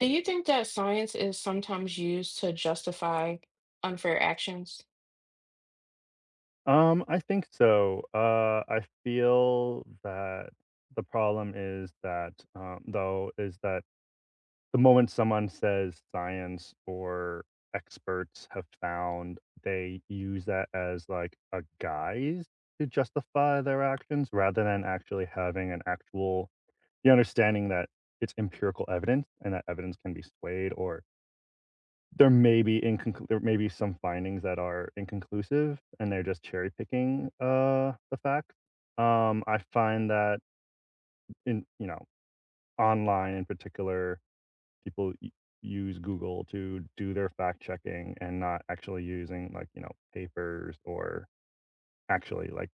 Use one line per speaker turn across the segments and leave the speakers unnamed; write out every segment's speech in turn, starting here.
Do you think that science is sometimes used to justify unfair actions?
I think so. I feel that the problem is that, though, is that the moment someone says science or experts have found, they use that as like a guise to justify their actions rather than actually having an actual the understanding that it's empirical evidence and that evidence can be swayed or there may be some findings that are inconclusive, and they're just cherry picking, the facts. I find that in you know, online in particular, people u use Google to do their fact checking and not actually using, like, you know, papers or actually, like,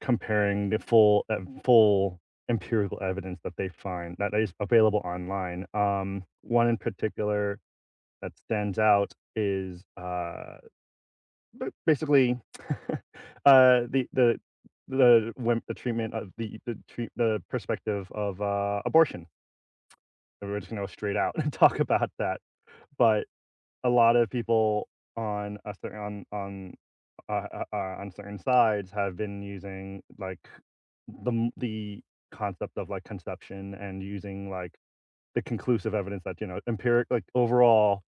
comparing the full full empirical evidence that they find that is available online. One in particular that stands out is, but basically, uh, the the the when the treatment of the treat the perspective of, abortion. And we're just gonna go straight out and talk about that, but a lot of people on a certain on certain sides have been using, like, the concept of, like, conception and using, like, the conclusive evidence that, you know, empiric like, overall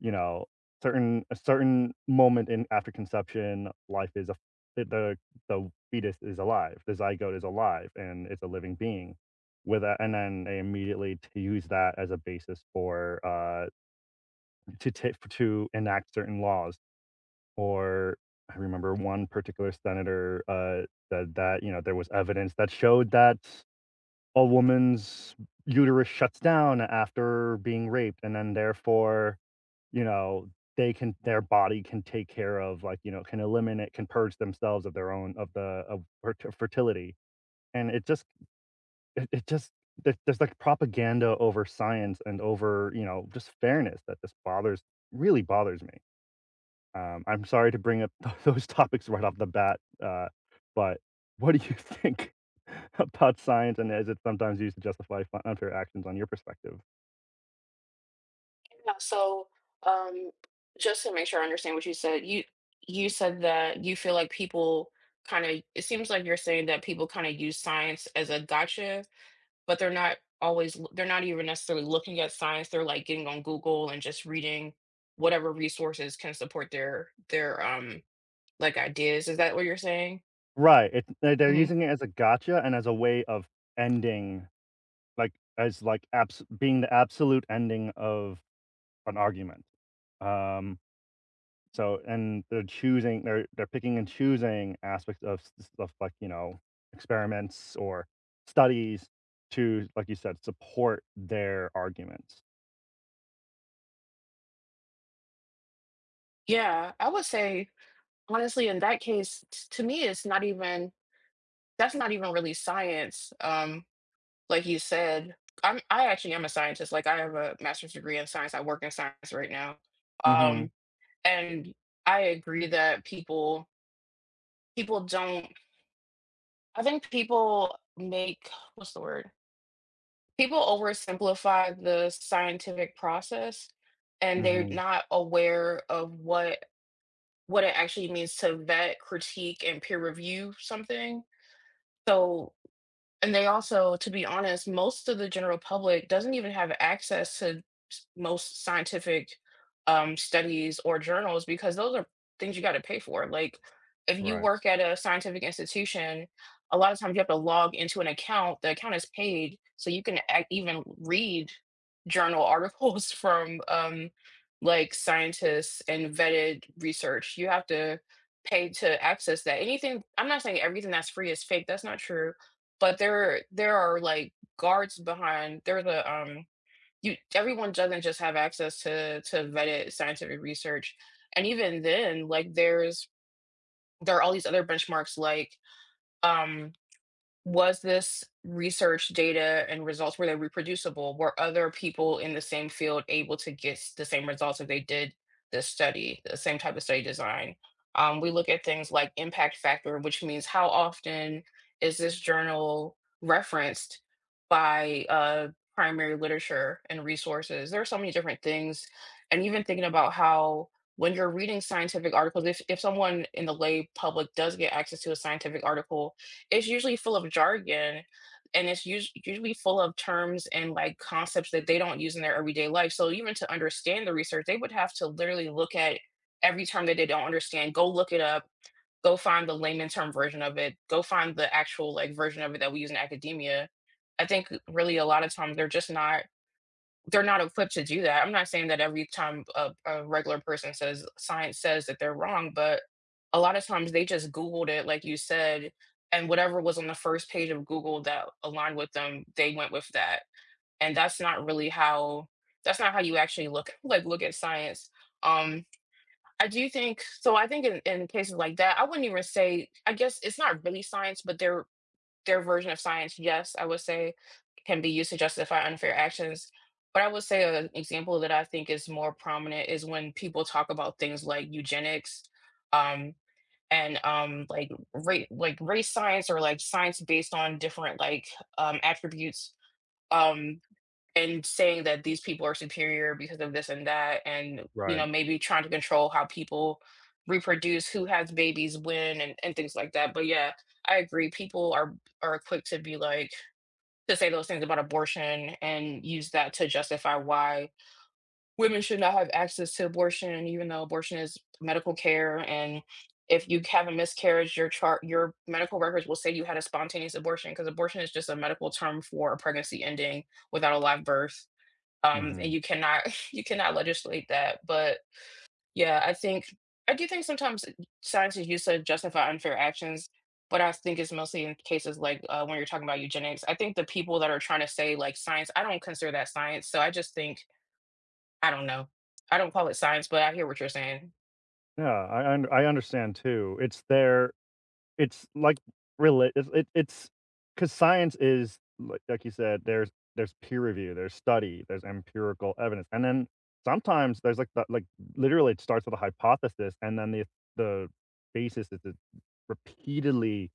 you know, certain a certain moment in after conception, life is a the the the fetus is alive, the zygote is alive, and it's a living being. With a and then they immediately to use that as a basis for, to enact certain laws, or I remember one particular senator, said that, you know, there was evidence that showed that a woman's uterus shuts down after being raped, and then therefore, you know, they can their body can take care of, like, you know, can eliminate can purge themselves of their own of the of fertility, and it just it it just there's, like, propaganda over science and over, you know, just fairness that just bothers really bothers me. I'm sorry to bring up those topics right off the bat, but what do you think about science, and is it sometimes used to justify fun unfair actions on your perspective?
Yeah, so um, just to make sure I understand what you said, you said that you feel like people kind of it seems like you're saying that people kind of use science as a gotcha, but they're not always they're not even necessarily looking at science. They're like getting on Google and just reading whatever resources can support their like ideas. Is that what you're saying?
Right, it they they're
Hmm.
using it as a gotcha and as a way of ending, like, as, like, abs being the absolute ending of an argument, um. So and they're choosing they're picking and choosing aspects of s stuff like, you know, experiments or studies to, like you said, support their arguments.
Yeah, I would say, honestly, in that case, t to me, it's not even that's not even really science, like you said. I actually am a scientist. Like, I have a master's degree in science, I work in science right now,
Mhm,
um, and I agree that people don't. I think people make, what's the word? People oversimplify the scientific process, and they're
mhm,
not aware of what it actually means to vet, critique, and peer review something. So, and they also, to be honest, most of the general public doesn't even have access to most scientific studies or journals, because those are things you got to pay for. Like, if you
right,
work at a scientific institution, a lot of times you have to log into an account. The account is paid, so you can even read journal articles from like scientists and vetted research. You have to pay to access that. Anything, I'm not saying everything that's free is fake. That's not true, but there are, like, guards behind, there's a, you, everyone doesn't just have access to vetted scientific research, and even then, like, there's there are all these other benchmarks, like, um was this research data and results, were they reproducible, were other people in the same field able to get the same results if they did this study, the same type of study design. We look at things like impact factor, which means how often is this journal referenced by primary literature and resources. There are so many different things, and even thinking about how when you're reading scientific articles, if someone in the lay public does get access to a scientific article, it's usually full of jargon, and it's usually full of terms and like concepts that they don't use in their everyday life. So even to understand the research, they would have to literally look at every term that they don't understand, go look it up, go find the layman term version of it, go find the actual like version of it that we use in academia. I think really a lot of times they're not equipped to do that. I'm not saying that every time a regular person says science says that they're wrong, but a lot of times they just Googled it, like you said, and whatever was on the first page of Google that aligned with them, they went with that. And that's not really how that's not how you actually look like look at science. Um, I do think so. I think in cases like that, I wouldn't even say, I guess it's not really science, but there their version of science, yes, I would say can be used to justify unfair actions. But I would say an example that I think is more prominent is when people talk about things like eugenics, um, and like race, science, or like science based on different, like, attributes. Um, and saying that these people are superior because of this and that, and you
right,
know, maybe trying to control how people reproduce, who has babies when, and things like that. But yeah, I agree people are quick to be like to say those things about abortion and use that to justify why women should not have access to abortion, even though abortion is medical care. And if you have a miscarriage, your chart, your medical records will say you had a spontaneous abortion, because abortion is just a medical term for a pregnancy ending without a live birth. And
mhm.
you cannot you cannot legislate that. But yeah, I do think sometimes science is used to justify unfair actions, but I think it's mostly in cases like when you're talking about eugenics. I think the people that are trying to say like science, I don't consider that science. So I just think, I don't know. I don't call it science, but I hear what you're saying.
Yeah, I understand too. It's their. It's like real. It's because science is li like you said, there's peer review, there's study, there's empirical evidence, and then sometimes there's, like, the like, literally, it starts with a hypothesis, and then the basis is to repeatedly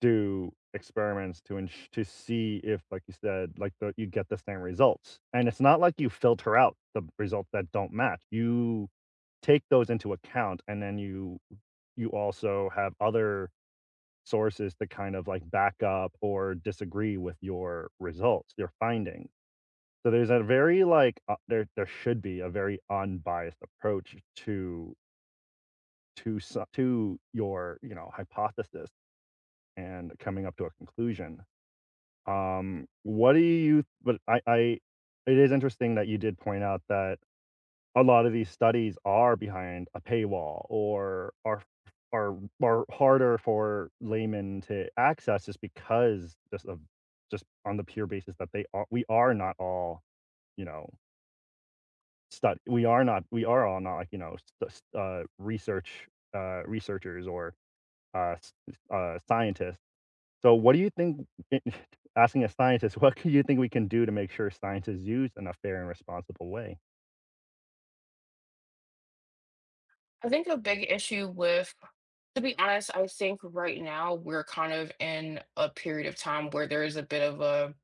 do experiments to ensu to see if, like you said, like, the you get the same results, and it's not like you filter out the results that don't match. You take those into account, and then you also have other sources to kind of, like, back up or disagree with your results, your findings. So there's a very, like, there there should be a very unbiased approach to to your, you know, hypothesis and coming up to a conclusion. What do you but I it is interesting that you did point out that a lot of these studies are behind a paywall or are are harder for laymen to access just because just of just on the pure basis that they are we are not all, you know, stud we are not we are all not like, you know, st st researchers or, s scientists. So what do you think asking a scientist, what do you think we can do to make sure science is used in a fair and responsible way?
I think a big issue with, to be honest, I think right now we're kind of in a period of time where there is a bit of a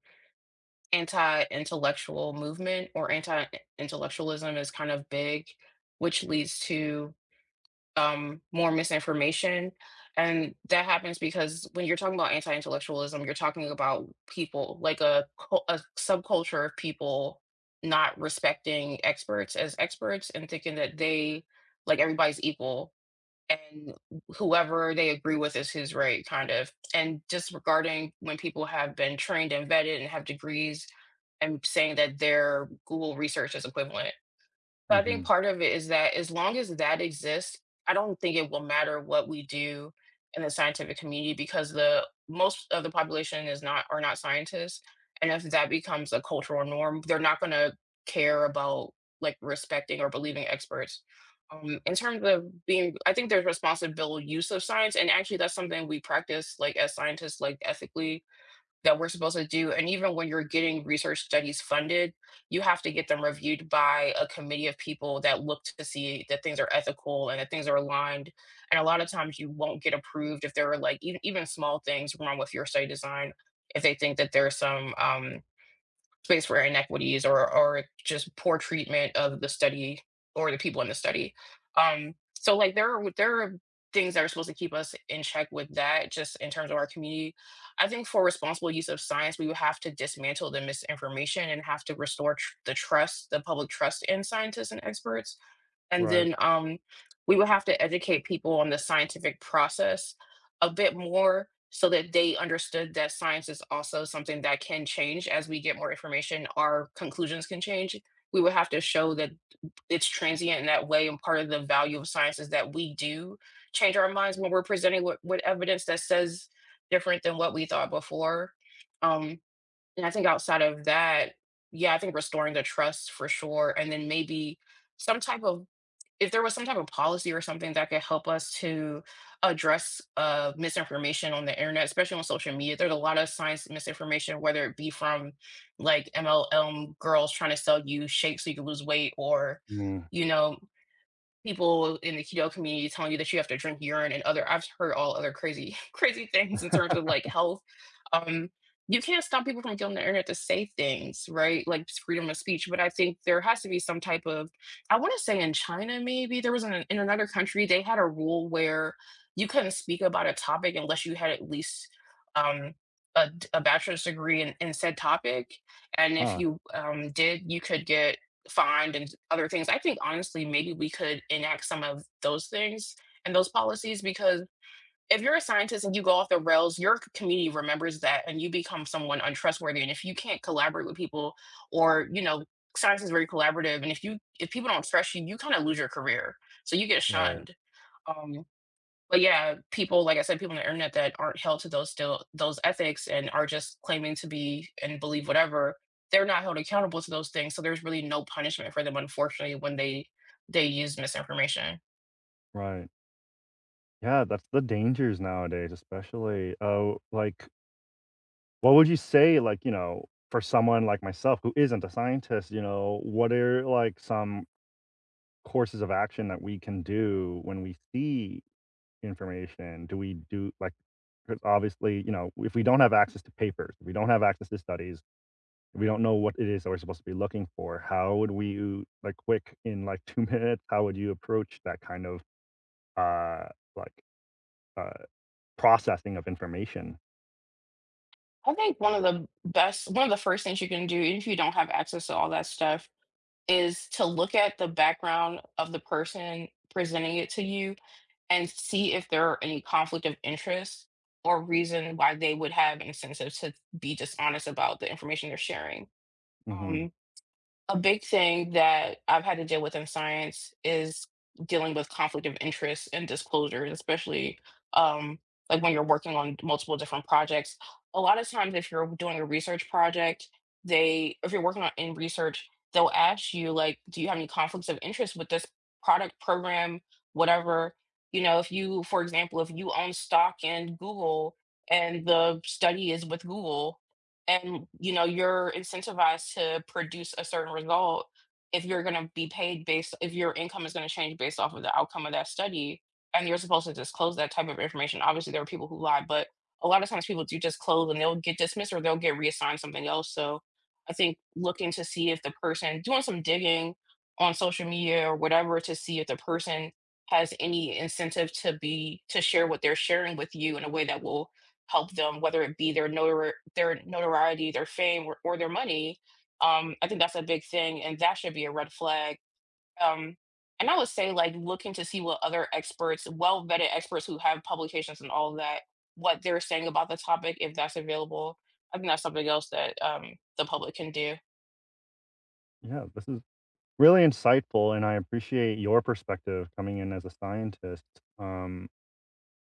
anti-intellectual movement, or anti-intellectualism is kind of big, which leads to more misinformation. And that happens because when you're talking about anti-intellectualism, you're talking about people like a, a subculture of people not respecting experts as experts, and thinking that they, like, everybody's equal, and whoever they agree with is who's right, kind of. And just regarding when people have been trained and vetted and have degrees, and saying that their Google research is equivalent. I think
Mhm.
part of it is that as long as that exists, I don't think it will matter what we do in the scientific community, because the most of the population is not are not scientists, and if that becomes a cultural norm, they're not gonna care about, like, respecting or believing experts. In terms of being, I think there's responsible use of science, and actually that's something we practice, like, as scientists, like, ethically, that we're supposed to do. And even when you're getting research studies funded, you have to get them reviewed by a committee of people that look to see that things are ethical and that things are aligned. And a lot of times you won't get approved if there are like even small things wrong with your study design. If they think that there's some space for inequities, or just poor treatment of the study or the people in the study. So like there are things that are supposed to keep us in check with that, just in terms of our community. I think for responsible use of science, we would have to dismantle the misinformation and have to restore the trust, the public trust in scientists and experts, and
Right.
then, we would have to educate people on the scientific process a bit more, so that they understood that science is also something that can change. As we get more information, our conclusions can change. We would have to show that it's transient in that way, and part of the value of science is that we do change our minds when we're presenting with evidence that says different than what we thought before. um, and I think outside of that, yeah, I think restoring the trust for sure, and then maybe some type of, if there was some type of policy or something that could help us to address misinformation on the internet, especially on social media. There's a lot of science misinformation, whether it be from like MLM girls trying to sell you shakes so you can lose weight, or,
Mm.
you know, people in the keto community telling you that you have to drink urine, and other, I've heard all other crazy crazy things in terms of like health. Um, you can't stop people from getting on the internet to say things, right? Like, it's freedom of speech. But I think there has to be some type of, I want to say in China maybe there was an, in another country they had a rule where you couldn't speak about a topic unless you had at least um, a, a bachelor's degree in said topic. And if
Huh.
you did, you could get fined and other things. I think honestly, maybe we could enact some of those things and those policies, because if you're a scientist and you go off the rails, your community remembers that, and you become someone untrustworthy. And if you can't collaborate with people, or, you know, science is very collaborative, and if people don't trust you, you kind of lose your career. So you get
Right.
shunned. Um but yeah, people, like I said, people on the internet that aren't held to those still those ethics and are just claiming to be and believe whatever, they're not held accountable to those things. So there's really no punishment for them, unfortunately, when they use misinformation.
Right. Yeah, that's the dangers nowadays, especially. Oh, like, what would you say, like, you know, for someone like myself who isn't a scientist, you know, what are like some courses of action that we can do when we see information? Do we do like? Because obviously, you know, if we don't have access to papers, if we don't have access to studies, if we don't know what it is that we're supposed to be looking for, how would we like quick in like 2 minutes, how would you approach that kind of, uh, like, uh, processing of information?
I think one of the best, one of the first things you can do, even if you don't have access to all that stuff, is to look at the background of the person presenting it to you, and see if there are any conflict of interest or reason why they would have incentive to be dishonest about the information they're sharing.
Mhm.
Um, a big thing that I've had to deal with in science is dealing with conflict of interest and disclosures, especially, um, like when you're working on multiple different projects. A lot of times, if you're doing a research project, they, if you're working on in research, they'll ask you, like, do you have any conflicts of interest with this product, program, whatever? You know, if you, for example, if you own stock in Google, and the study is with Google, and you know you're incentivized to produce a certain result, if you're going to be paid based, if your income is going to change based off of the outcome of that study, and you're supposed to disclose that type of information. Obviously there are people who lie, but a lot of times people do disclose, and they'll get dismissed or they'll get reassigned something else. So I think looking to see if the person, doing some digging on social media or whatever to see if the person has any incentive to be to share what they're sharing with you in a way that will help them, whether it be their their notoriety, their fame, or their money. I think that's a big thing, and that should be a red flag. Um, and I would say, like, looking to see what other experts, well vetted experts who have publications and all that, what they're saying about the topic, if that's available. I think that's something else that the public can do.
Yeah, this is really insightful, and I appreciate your perspective coming in as a scientist. Um,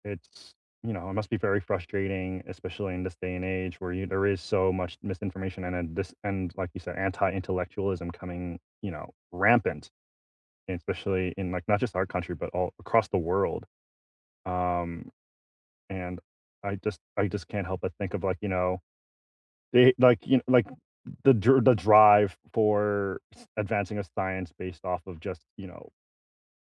it's you know, it must be very frustrating, especially in this day and age where you there is so much misinformation and this and like you said, anti-intellectualism coming, you know, rampant, especially in like not just our country, but all across the world. Um, and I just can't help but think of like, you know, they like you know, like the drive for advancing of science based off of just, you know,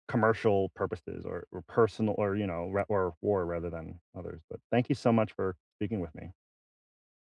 commercial purposes or personal or, you know, ra or war rather than others, but thank you so much for speaking with me.